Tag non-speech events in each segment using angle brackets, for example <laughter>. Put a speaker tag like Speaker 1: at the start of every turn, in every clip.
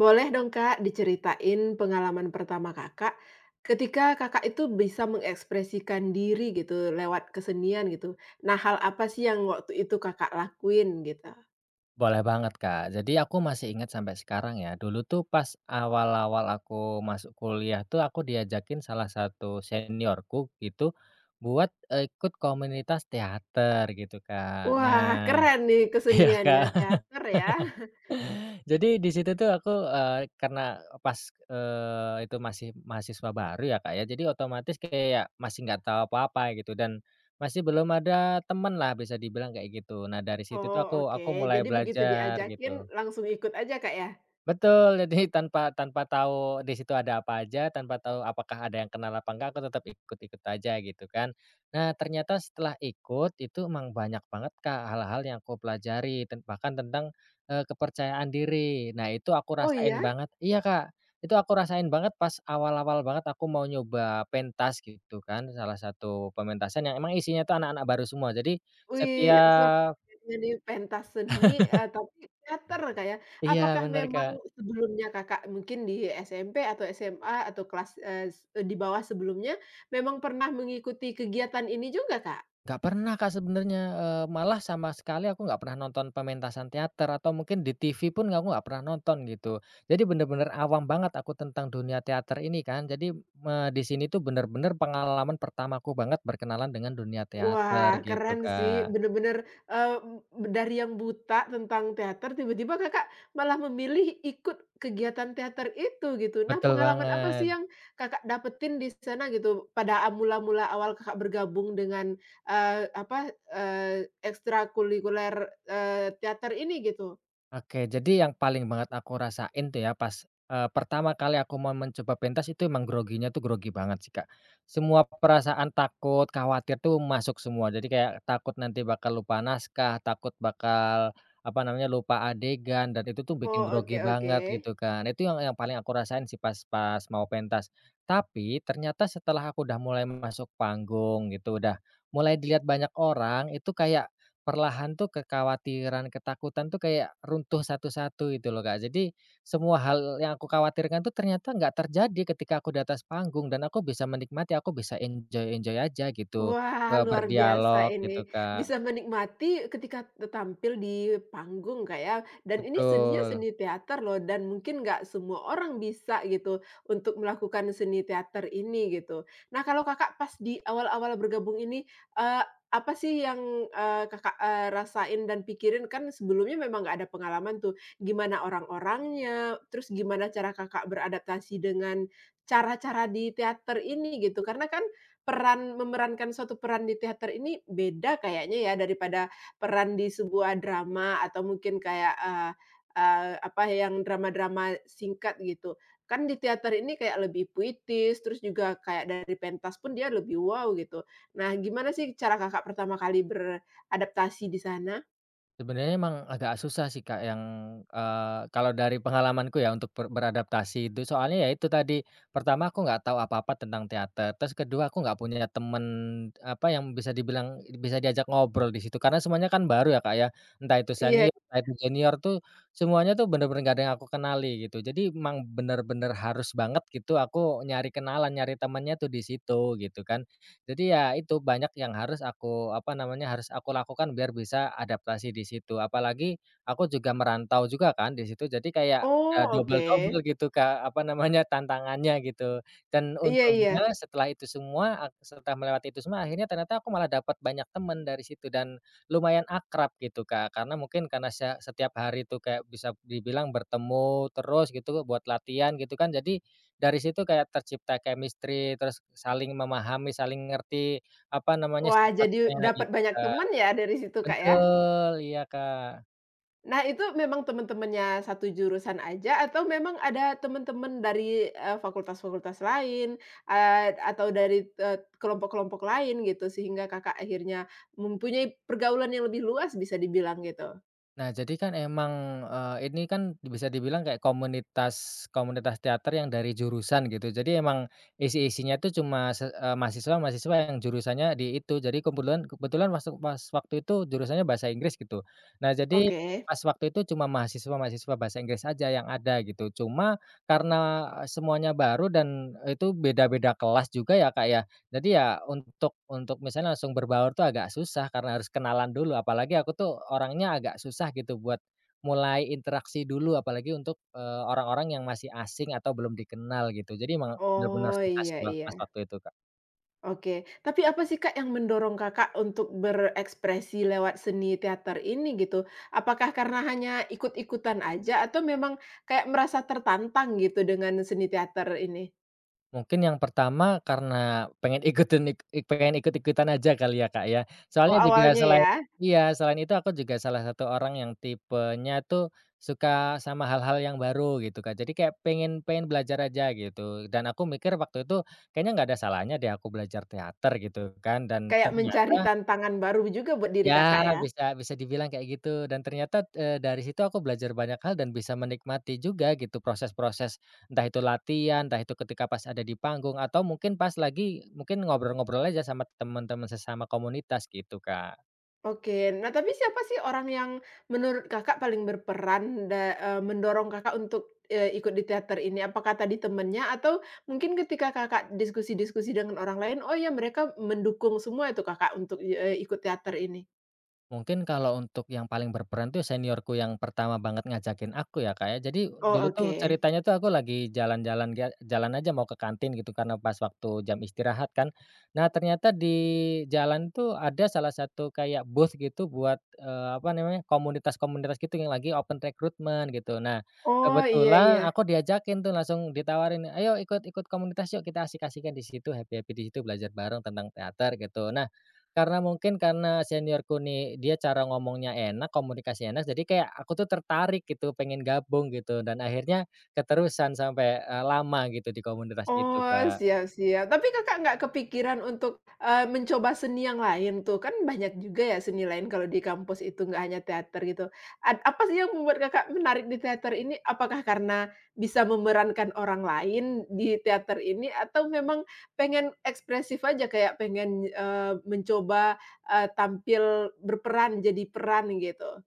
Speaker 1: Boleh dong, Kak, diceritain pengalaman pertama Kakak, ketika Kakak itu bisa mengekspresikan diri gitu lewat kesenian gitu. Nah, hal apa sih yang waktu itu Kakak lakuin gitu?
Speaker 2: Boleh banget, Kak. Jadi aku masih ingat sampai sekarang ya, dulu tuh pas awal-awal aku masuk kuliah tuh aku diajakin salah satu seniorku gitu buat, ikut komunitas teater gitu, Kak.
Speaker 1: Wah,
Speaker 2: Nah
Speaker 1: keren nih
Speaker 2: <laughs> iya, Kak.
Speaker 1: keseniannya, teater ya? <laughs>
Speaker 2: <laughs> Jadi di situ tuh aku, karena pas, itu masih mahasiswa baru ya, Kak, ya, jadi otomatis kayak masih nggak tahu apa-apa gitu dan masih belum ada temen lah bisa dibilang kayak gitu. Nah dari situ tuh
Speaker 1: Oh
Speaker 2: aku
Speaker 1: oke,
Speaker 2: aku mulai
Speaker 1: jadi begitu
Speaker 2: belajar
Speaker 1: diajakin
Speaker 2: gitu.
Speaker 1: langsung ikut aja Kak ya?
Speaker 2: Betul, jadi tanpa tanpa tahu di situ ada apa aja, tanpa tahu apakah ada yang kenal apa enggak, aku tetap ikut-ikut aja gitu kan. Nah, ternyata setelah ikut itu emang banyak banget Kak, hal-hal yang aku pelajari bahkan tentang, kepercayaan diri. Nah, itu aku
Speaker 1: Oh
Speaker 2: rasain
Speaker 1: iya?
Speaker 2: banget iya Kak, itu aku rasain banget pas awal-awal banget aku mau nyoba pentas gitu kan, salah satu pementasan yang emang isinya tuh anak-anak baru semua. Jadi
Speaker 1: Wih, seru
Speaker 2: setiap
Speaker 1: ya, jadi pentas seni, tapi teater Kak ya.
Speaker 2: iya
Speaker 1: Apakah
Speaker 2: bener
Speaker 1: memang
Speaker 2: Kak.
Speaker 1: sebelumnya Kakak mungkin di SMP atau SMA atau kelas, eee, s di bawah sebelumnya, memang pernah mengikuti kegiatan ini juga Kak?
Speaker 2: Nggak pernah Kak sebenarnya, malah sama sekali aku nggak pernah nonton pementasan teater atau mungkin di TV pun aku nggak pernah nonton gitu. Jadi bener-bener awam banget aku tentang dunia teater ini kan. Jadi, di sini tuh bener-bener pengalaman pertamaku banget berkenalan dengan dunia teater
Speaker 1: Wah,
Speaker 2: gitu
Speaker 1: keren sih,
Speaker 2: Kak.
Speaker 1: bener-bener, dari yang buta tentang teater, tiba-tiba Kakak malah memilih ikut kegiatan teater itu, gitu. Nah,
Speaker 2: Betul
Speaker 1: pengalaman apa sih
Speaker 2: banget.
Speaker 1: yang Kakak dapetin di sana gitu, pada mula-mula awal Kakak bergabung dengan, ekstrakurikuler, teater ini gitu?
Speaker 2: Oke, jadi yang paling banget aku rasain tuh ya pas, pertama kali aku mau mencoba pentas itu emang groginya tuh grogi banget sih, Kak. Semua perasaan takut, khawatir tuh masuk semua. Jadi kayak takut nanti bakal lupa naskah, takut bakal, apa namanya, lupa adegan dan itu tuh
Speaker 1: Oh,
Speaker 2: bikin grogi
Speaker 1: oke oke.
Speaker 2: banget gitu kan. Itu yang paling aku rasain sih pas pas mau pentas. Tapi ternyata setelah aku udah mulai masuk panggung gitu, udah mulai dilihat banyak orang, itu kayak perlahan tuh kekhawatiran, ketakutan tuh kayak runtuh satu-satu gitu loh, Kak. Jadi semua hal yang aku khawatirkan tuh ternyata nggak terjadi ketika aku di atas panggung dan aku bisa menikmati, aku bisa enjoy-enjoy aja gitu,
Speaker 1: Wah, luar biasa
Speaker 2: berdialog gitu,
Speaker 1: ini.
Speaker 2: Kak.
Speaker 1: Bisa menikmati ketika tampil di panggung kayak, dan ini seninya
Speaker 2: Betul.
Speaker 1: seni teater loh, dan mungkin nggak semua orang bisa gitu untuk melakukan seni teater ini gitu. Nah, kalau Kakak pas di awal-awal bergabung ini, eee, apa sih yang, Kakak, rasain dan pikirin? Kan sebelumnya memang nggak ada pengalaman tuh. Gimana orang-orangnya, terus gimana cara Kakak beradaptasi dengan cara-cara di teater ini gitu? Karena kan peran, memerankan suatu peran di teater ini beda kayaknya ya daripada peran di sebuah drama atau mungkin kayak, eee eee, apa yang drama-drama singkat gitu. Kan di teater ini kayak lebih puitis, terus juga kayak dari pentas pun dia lebih wow gitu. Nah, gimana sih cara Kakak pertama kali beradaptasi di sana?
Speaker 2: Sebenarnya emang agak susah sih Kak yang, kalau dari pengalamanku ya untuk beradaptasi itu soalnya ya itu tadi, pertama aku nggak tahu apa-apa tentang teater, terus kedua aku nggak punya temen, apa, yang bisa dibilang bisa diajak ngobrol di situ karena semuanya kan baru ya Kak ya, entah itu
Speaker 1: Iya.
Speaker 2: senior, entah itu junior tuh semuanya tuh bener-bener nggak ada yang aku kenali gitu jadi emang bener-bener harus banget gitu aku nyari kenalan, nyari temennya tuh di situ gitu kan. Jadi ya itu banyak yang harus aku, apa namanya, harus aku lakukan biar bisa adaptasi di situ. Apalagi aku juga merantau juga kan di situ, jadi kayak udah
Speaker 1: Oh oke.
Speaker 2: double-double gitu Kak, apa namanya, tantangannya gitu. Dan
Speaker 1: Iya iya.
Speaker 2: untungnya setelah itu semua, setelah melewati itu semua akhirnya ternyata aku malah dapat banyak teman dari situ dan lumayan akrab gitu Kak. Karena mungkin karena setiap hari itu kayak bisa dibilang bertemu terus gitu buat latihan gitu kan, jadi dari situ kayak tercipta chemistry, terus saling memahami, saling ngerti, apa namanya,
Speaker 1: Wah, jadi
Speaker 2: sifatnya
Speaker 1: dapat
Speaker 2: gitu,
Speaker 1: banyak
Speaker 2: Kak.
Speaker 1: teman ya dari situ Kak ya?
Speaker 2: Betul, iya, Kak.
Speaker 1: Nah, itu memang teman-temannya satu jurusan aja atau memang ada teman-teman dari, fakultas-fakultas lain, atau dari, kelompok-kelompok lain gitu sehingga Kakak akhirnya mempunyai pergaulan yang lebih luas bisa dibilang gitu?
Speaker 2: Nah, jadi kan emang, ini kan bisa dibilang kayak komunitas komunitas teater yang dari jurusan gitu. Jadi emang isi-isinya itu cuma mahasiswa-mahasiswa yang jurusannya di itu. Jadi kebetulan kebetulan masuk pas waktu itu jurusannya bahasa Inggris gitu. Nah, jadi
Speaker 1: Oke.
Speaker 2: pas waktu itu cuma mahasiswa-mahasiswa bahasa Inggris aja yang ada gitu. Cuma karena semuanya baru dan itu beda-beda kelas juga ya, Kak, ya. Jadi ya untuk misalnya langsung berbaur tuh agak susah karena harus kenalan dulu, apalagi aku tuh orangnya agak susah gitu buat mulai interaksi dulu, apalagi untuk, orang-orang yang masih asing atau belum dikenal gitu. Jadi emang bener-bener
Speaker 1: Oh,
Speaker 2: susah sih
Speaker 1: iya
Speaker 2: pas
Speaker 1: iya,
Speaker 2: waktu itu, Kak.
Speaker 1: oke. Tapi apa sih, Kak, yang mendorong Kakak untuk berekspresi lewat seni teater ini gitu? Apakah karena hanya ikut-ikutan aja atau memang kayak merasa tertantang gitu dengan seni teater ini?
Speaker 2: Mungkin yang pertama karena pengen ikutin ik ik pengen ikut-ikutan aja kali ya, Kak, ya.
Speaker 1: Oh,
Speaker 2: Soalnya juga
Speaker 1: awalnya
Speaker 2: selain
Speaker 1: ya,
Speaker 2: iya, selain itu aku juga salah satu orang yang tipenya tuh suka sama hal-hal yang baru gitu, Kak. Jadi kayak pengen pengen belajar aja gitu dan aku mikir waktu itu kayaknya nggak ada salahnya deh aku belajar teater gitu kan dan
Speaker 1: kayak
Speaker 2: ternyata
Speaker 1: mencari tantangan baru juga buat diri Kakak
Speaker 2: ya,
Speaker 1: ya?
Speaker 2: bisa bisa dibilang kayak gitu dan ternyata, dari situ aku belajar banyak hal dan bisa menikmati juga gitu proses-proses, entah itu latihan, entah itu ketika pas ada di panggung atau mungkin pas lagi mungkin ngobrol-ngobrol aja sama teman-teman sesama komunitas gitu, Kak.
Speaker 1: Oke, nah tapi siapa sih orang yang menurut Kakak paling berperan mendorong Kakak untuk, ikut di teater ini? Apakah tadi temennya atau mungkin ketika Kakak diskusi-diskusi dengan orang lain, oh ya, mereka mendukung semua itu Kakak untuk, ikut teater ini?
Speaker 2: Mungkin kalau untuk yang paling berperan tuh seniorku yang pertama banget ngajakin aku ya, Kak, ya. Jadi
Speaker 1: Oh,
Speaker 2: dulu tuh
Speaker 1: oke.
Speaker 2: ceritanya tuh aku lagi jalan aja mau ke kantin gitu karena pas waktu jam istirahat kan. Nah, ternyata di jalan tuh ada salah satu kayak booth gitu buat, apa namanya, komunitas-komunitas gitu yang lagi open recruitment gitu. Nah,
Speaker 1: Oh, iya
Speaker 2: kebetulan
Speaker 1: iya.
Speaker 2: aku diajakin tuh langsung ditawarin, "Ayo ikut ikut komunitas yuk, kita asik-asikan di situ, happy-happy di situ, belajar bareng tentang teater," gitu. Nah karena mungkin karena seniorku nih, dia cara ngomongnya enak, komunikasi enak, jadi kayak aku tuh tertarik gitu, pengen gabung gitu, dan akhirnya keterusan sampai, lama gitu di komunitas itu,
Speaker 1: Oh,
Speaker 2: Kak.
Speaker 1: siap siap. Tapi Kakak nggak kepikiran untuk, mencoba seni yang lain tuh? Kan banyak juga ya seni lain kalau di kampus itu, nggak hanya teater gitu. Ad apa sih yang membuat Kakak menarik di teater ini? Apakah karena bisa memerankan orang lain di teater ini atau memang pengen ekspresif aja kayak pengen, mencoba, tampil berperan, jadi peran gitu?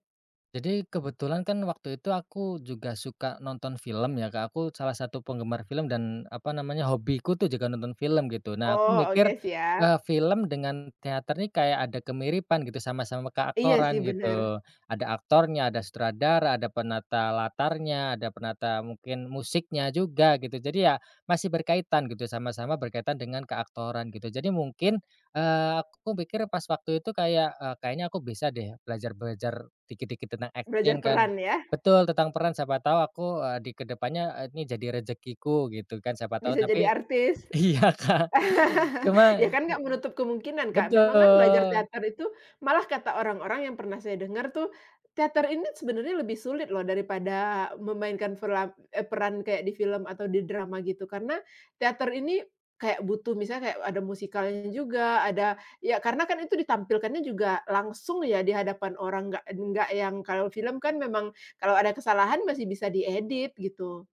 Speaker 2: Jadi kebetulan kan waktu itu aku juga suka nonton film ya, Kak, aku salah satu penggemar film dan apa namanya, hobiku tuh juga nonton film gitu. Nah, aku
Speaker 1: Oh, oke
Speaker 2: mikir,
Speaker 1: siap.
Speaker 2: film dengan teater nih kayak ada kemiripan gitu, sama-sama
Speaker 1: Iya
Speaker 2: keaktoran
Speaker 1: sih benar,
Speaker 2: gitu. Ada aktornya, ada sutradara, ada penata latarnya, ada penata mungkin musiknya juga gitu. Jadi ya masih berkaitan gitu, sama-sama berkaitan dengan keaktoran gitu. Jadi mungkin, aku pikir pas waktu itu kayak, kayaknya aku bisa deh belajar-belajar dikit-dikit tentang acting
Speaker 1: belajar
Speaker 2: kan.
Speaker 1: peran ya,
Speaker 2: Betul, tentang peran siapa tahu aku, di ke depannya, ini jadi rezekiku gitu kan, siapa tahu.
Speaker 1: bisa jadi
Speaker 2: Tapi
Speaker 1: artis.
Speaker 2: <laughs> iya, Kak,
Speaker 1: <laughs>
Speaker 2: cuma
Speaker 1: Ya kan
Speaker 2: ci
Speaker 1: nggak menutup kemungkinan, Kak. Memang kan belajar
Speaker 2: betul.
Speaker 1: teater itu malah kata orang-orang yang pernah saya dengar tuh, teater ini sebenarnya lebih sulit loh daripada memainkan peran kayak di film atau di drama gitu. Karena teater ini kayak butuh misalnya kayak ada musikalnya juga, ada, ya karena kan itu ditampilkannya juga langsung ya di hadapan orang, nggak yang kalau film kan memang kalau ada kesalahan masih bisa diedit gitu.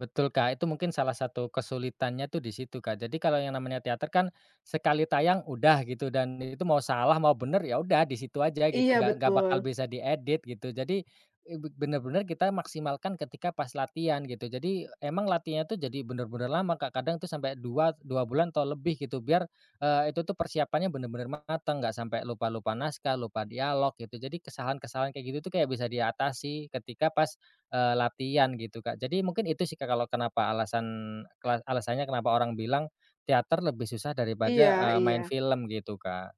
Speaker 2: Betul, Kak, itu mungkin salah satu kesulitannya tuh di situ, Kak. Jadi kalau yang namanya teater kan sekali tayang udah gitu dan itu mau salah mau bener ya udah di situ aja gitu,
Speaker 1: Iya
Speaker 2: nggak bakal
Speaker 1: betul.
Speaker 2: bisa diedit gitu. Jadi, eee, be bener-bener kita maksimalkan ketika pas latihan gitu. Jadi emang latihannya tuh jadi bener-bener lama, Kak, kadang tuh sampai dua dua bulan atau lebih gitu biar, itu tuh persiapannya bener-bener matang, nggak sampai lupa-lupa naskah, lupa dialog gitu. Jadi kesalahan-kesalahan kayak gitu tuh kayak bisa diatasi ketika pas latihan gitu, Kak. Jadi mungkin itu sih, Kak, kalau kenapa alasannya kenapa orang bilang teater lebih susah daripada,
Speaker 1: Iya iya.
Speaker 2: main film gitu, Kak.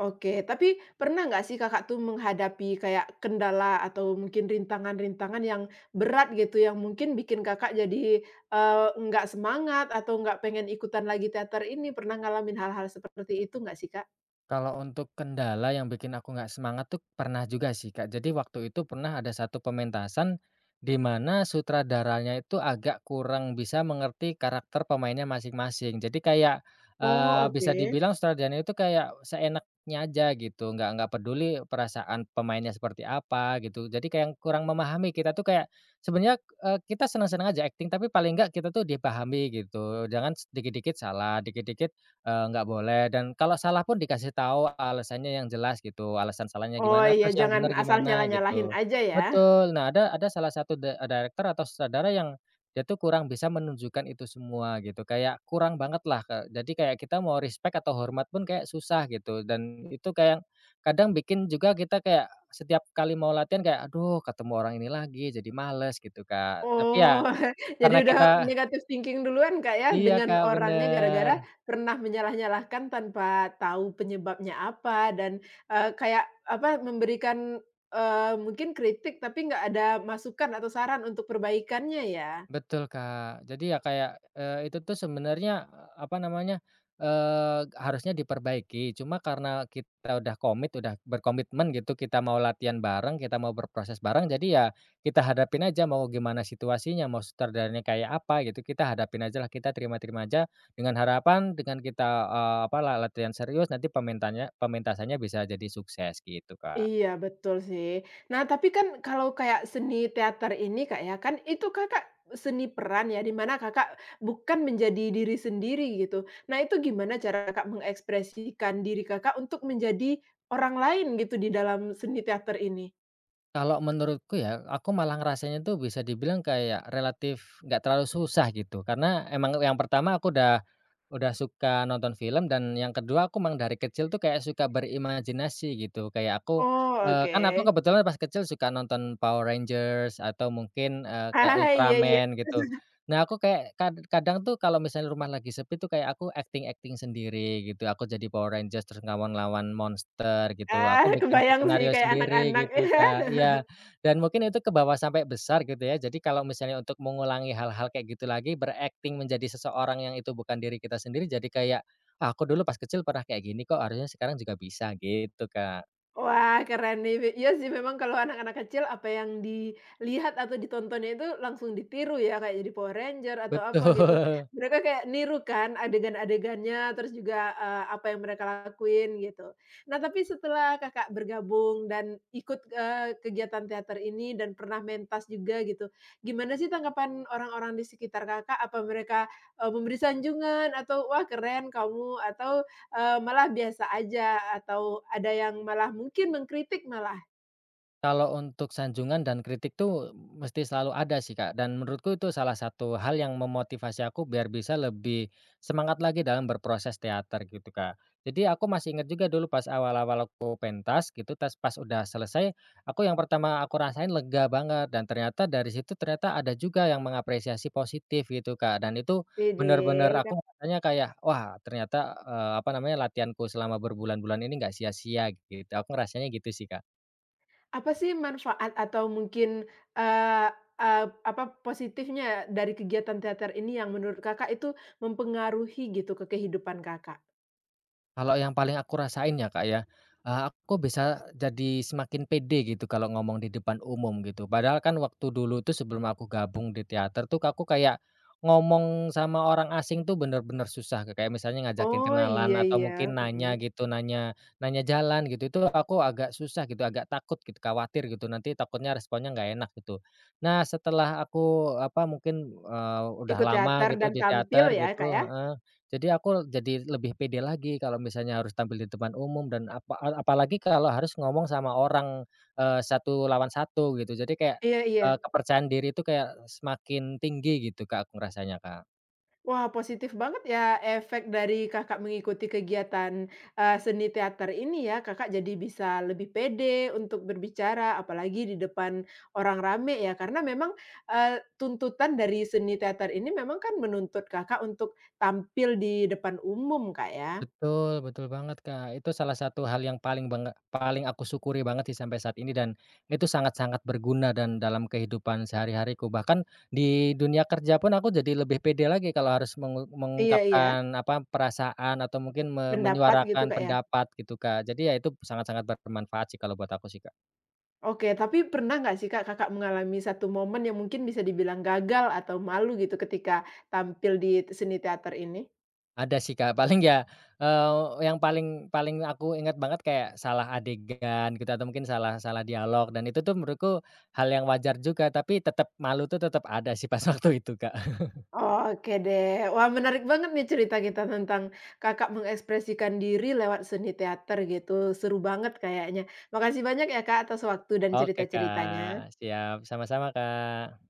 Speaker 1: Oke, tapi pernah nggak sih Kakak tuh menghadapi kayak kendala atau mungkin rintangan-rintangan yang berat gitu, yang mungkin bikin Kakak jadi, nggak semangat atau nggak pengen ikutan lagi teater ini, pernah ngalamin hal-hal seperti itu nggak sih, Kak?
Speaker 2: Kalau untuk kendala yang bikin aku nggak semangat tuh pernah juga sih, Kak. Jadi waktu itu pernah ada satu pementasan di mana sutradaranya itu agak kurang bisa mengerti karakter pemainnya masing-masing. Jadi kayak,
Speaker 1: Oh, oke.
Speaker 2: bisa dibilang sutradaranya itu kayak seenaknya aja gitu, nggak peduli perasaan pemainnya seperti apa gitu. Jadi kayak yang kurang memahami kita tuh kayak sebenarnya, kita senang-senang aja acting, tapi paling nggak kita tuh dipahami gitu, jangan dikit-dikit salah, dikit-dikit nggak boleh dan kalau salah pun dikasih tahu alasannya yang jelas gitu, alasan salahnya
Speaker 1: Oh,
Speaker 2: gimana,
Speaker 1: iya,
Speaker 2: terus yang
Speaker 1: jangan
Speaker 2: bener
Speaker 1: asal
Speaker 2: gimana
Speaker 1: nyalah-nyalahin
Speaker 2: gitu.
Speaker 1: aja ya.
Speaker 2: Betul, nah ada salah satu director atau sutradara yang dia tuh kurang bisa menunjukkan itu semua gitu, kayak kurang banget lah jadi kayak kita mau respect atau hormat pun kayak susah gitu dan itu kayak kadang bikin juga kita kayak setiap kali mau latihan kayak, "Aduh ketemu orang ini lagi," jadi males gitu, Kak. Tapi ya
Speaker 1: Oh, <laughs>
Speaker 2: karena
Speaker 1: jadi udah
Speaker 2: kita
Speaker 1: negatif thinking duluan, Kak, ya,
Speaker 2: iya,
Speaker 1: dengan
Speaker 2: Kak,
Speaker 1: orangnya
Speaker 2: bener.
Speaker 1: gara-gara pernah menyalah-nyalahkan tanpa tahu penyebabnya apa, dan, kayak apa, memberikan, mungkin kritik tapi nggak ada masukan atau saran untuk perbaikannya ya?
Speaker 2: Betul, Kak. Jadi ya kayak, itu tuh sebenarnya, apa namanya, harusnya diperbaiki. Cuma karena kita udah komit, udah berkomitmen gitu, kita mau latihan bareng, kita mau berproses bareng, jadi ya kita hadapin aja mau gimana situasinya, mau sutradaranya kayak apa gitu, kita hadapin aja lah kita terima-terima aja dengan harapan dengan kita, eee, apa, la latihan serius nanti pementasannya bisa jadi sukses, gitu, Kak.
Speaker 1: Iya, betul sih. Nah, tapi kan kalau kayak seni teater ini, Kak, ya, kan itu Kakak seni peran ya, di mana Kakak bukan menjadi diri sendiri gitu. Nah, itu gimana cara Kakak mengekspresikan diri Kakak untuk menjadi orang lain gitu di dalam seni teater ini?
Speaker 2: Kalau menurutku ya, aku malah ngerasanya tuh bisa dibilang kayak relatif nggak terlalu susah gitu. Karena emang yang pertama aku udah suka nonton film dan yang kedua aku emang dari kecil tuh kayak suka berimajinasi gitu. Kayak aku,
Speaker 1: Oh, oke.
Speaker 2: kan aku kebetulan pas kecil suka nonton Power Rangers atau mungkin, kayak
Speaker 1: Ah, iya iya.
Speaker 2: Ultraman gitu. Nah, aku kayak kadang tuh kalau misalnya rumah lagi sepi tuh kayak aku acting-acting sendiri gitu, aku jadi Power Rangers terus ngelawan-ngelawan monster gitu,
Speaker 1: Ah,
Speaker 2: aku bikin
Speaker 1: kebayang sih
Speaker 2: skenario
Speaker 1: kayak
Speaker 2: sendiri
Speaker 1: anak-anak.
Speaker 2: gitu, Kak, iya.
Speaker 1: <laughs>
Speaker 2: Dan mungkin itu ke bawah sampai besar gitu ya, jadi kalau misalnya untuk mengulangi hal-hal kayak gitu lagi, berakting menjadi seseorang yang itu bukan diri kita sendiri, jadi kayak, "Ah, aku dulu pas kecil pernah kayak gini kok, harusnya sekarang juga bisa," gitu, Kak.
Speaker 1: Wah, keren nih. Iya sih, memang kalau anak-anak kecil apa yang dilihat atau ditontonnya itu langsung ditiru ya, kayak jadi Power Ranger atau apa gitu.
Speaker 2: Betul.
Speaker 1: Mereka kayak niru kan adegan-adegannya, terus juga, apa yang mereka lakuin gitu. Nah, tapi setelah Kakak bergabung dan ikut, kegiatan teater ini dan pernah mentas juga gitu, gimana sih tanggapan orang-orang di sekitar Kakak? Apa mereka, memberi sanjungan atau, "Wah keren kamu," atau eee, malah biasa aja atau ada yang malah mungkin mengkritik malah,
Speaker 2: Kalau untuk sanjungan dan kritik tuh mesti selalu ada sih, Kak, dan menurutku itu salah satu hal yang memotivasi aku biar bisa lebih semangat lagi dalam berproses teater gitu, Kak. Jadi aku masih ingat juga dulu pas awal-awal aku pentas gitu, pas udah selesai, aku yang pertama aku rasain lega banget dan ternyata dari situ ternyata ada juga yang mengapresiasi positif gitu, Kak. Dan itu bener-bener
Speaker 1: widih kan
Speaker 2: aku rasanya kayak, wah ternyata, apa namanya, latihanku selama berbulan-bulan ini nggak sia-sia gitu. Aku ngerasanya gitu sih, Kak.
Speaker 1: apa sih manfaat atau mungkin, eee eee, apa positifnya dari kegiatan teater ini yang menurut Kakak itu mempengaruhi gitu ke kehidupan Kakak?
Speaker 2: Kalau yang paling aku rasain ya, Kak, ya, aku bisa jadi semakin pede gitu kalau ngomong di depan umum gitu. Padahal kan waktu dulu tuh sebelum aku gabung di teater tuh aku kayak ngomong sama orang asing tuh bener-bener susah, Kak, kayak misalnya ngajakin
Speaker 1: Oh
Speaker 2: kenalan
Speaker 1: iya
Speaker 2: atau
Speaker 1: iya,
Speaker 2: mungkin nanya
Speaker 1: mhm,
Speaker 2: gitu, nanya nanya jalan gitu, itu aku agak susah gitu, agak takut gitu, khawatir gitu, nanti takutnya responnya nggak enak gitu. Nah setelah aku, udah
Speaker 1: ikut
Speaker 2: lama
Speaker 1: teater
Speaker 2: gitu
Speaker 1: dan
Speaker 2: di
Speaker 1: tampil
Speaker 2: teater
Speaker 1: ya
Speaker 2: gitu
Speaker 1: Kak ya?
Speaker 2: heeh. Jadi aku jadi lebih pede lagi kalau misalnya harus tampil di depan umum dan apalagi kalau harus ngomong sama orang, satu lawan satu gitu. Jadi kayak,
Speaker 1: Iya iya.
Speaker 2: kepercayaan diri itu kayak semakin tinggi gitu, Kak, aku ngerasanya, Kak.
Speaker 1: Wah, positif banget ya efek dari Kakak mengikuti kegiatan, seni teater ini ya. Kakak jadi bisa lebih pede untuk berbicara, apalagi di depan orang rame ya. Karena memang, tuntutan dari seni teater ini memang kan menuntut Kakak untuk tampil di depan umum, Kak, ya?
Speaker 2: Betul betul banget, Kak. Itu salah satu hal yang paling aku syukuri banget sih sampai saat ini dan itu sangat-sangat berguna dan dalam kehidupan sehari-hariku. Bahkan di dunia kerja pun aku jadi lebih pede lagi kalau harus
Speaker 1: Iya iya,
Speaker 2: mengungkapkan, apa, perasaan atau mungkin
Speaker 1: pendapat gitu,
Speaker 2: menyuarakan
Speaker 1: Kak, ya?
Speaker 2: pendapat gitu, Kak. Jadi ya itu sangat-sangat bermanfaat sih kalau buat aku sih, Kak.
Speaker 1: Oke, tapi pernah nggak sih, Kak, Kakak mengalami satu momen yang mungkin bisa dibilang gagal atau malu gitu ketika tampil di seni teater ini?
Speaker 2: Ada sih, Kak, paling ya, yang paling paling aku ingat banget kayak salah adegan gitu atau mungkin salah salah dialog dan itu tuh menurutku hal yang wajar juga, tapi tetap malu tuh tetap ada sih pas <laughs> waktu itu, Kak. <laughs>
Speaker 1: Oke deh. Wah, menarik banget nih cerita kita tentang Kakak mengekspresikan diri lewat seni teater gitu. Seru banget kayaknya. Makasih banyak ya, Kak, atas waktu dan
Speaker 2: Oke,
Speaker 1: cerita-ceritanya.
Speaker 2: Kak, siap, sama-sama, Kak.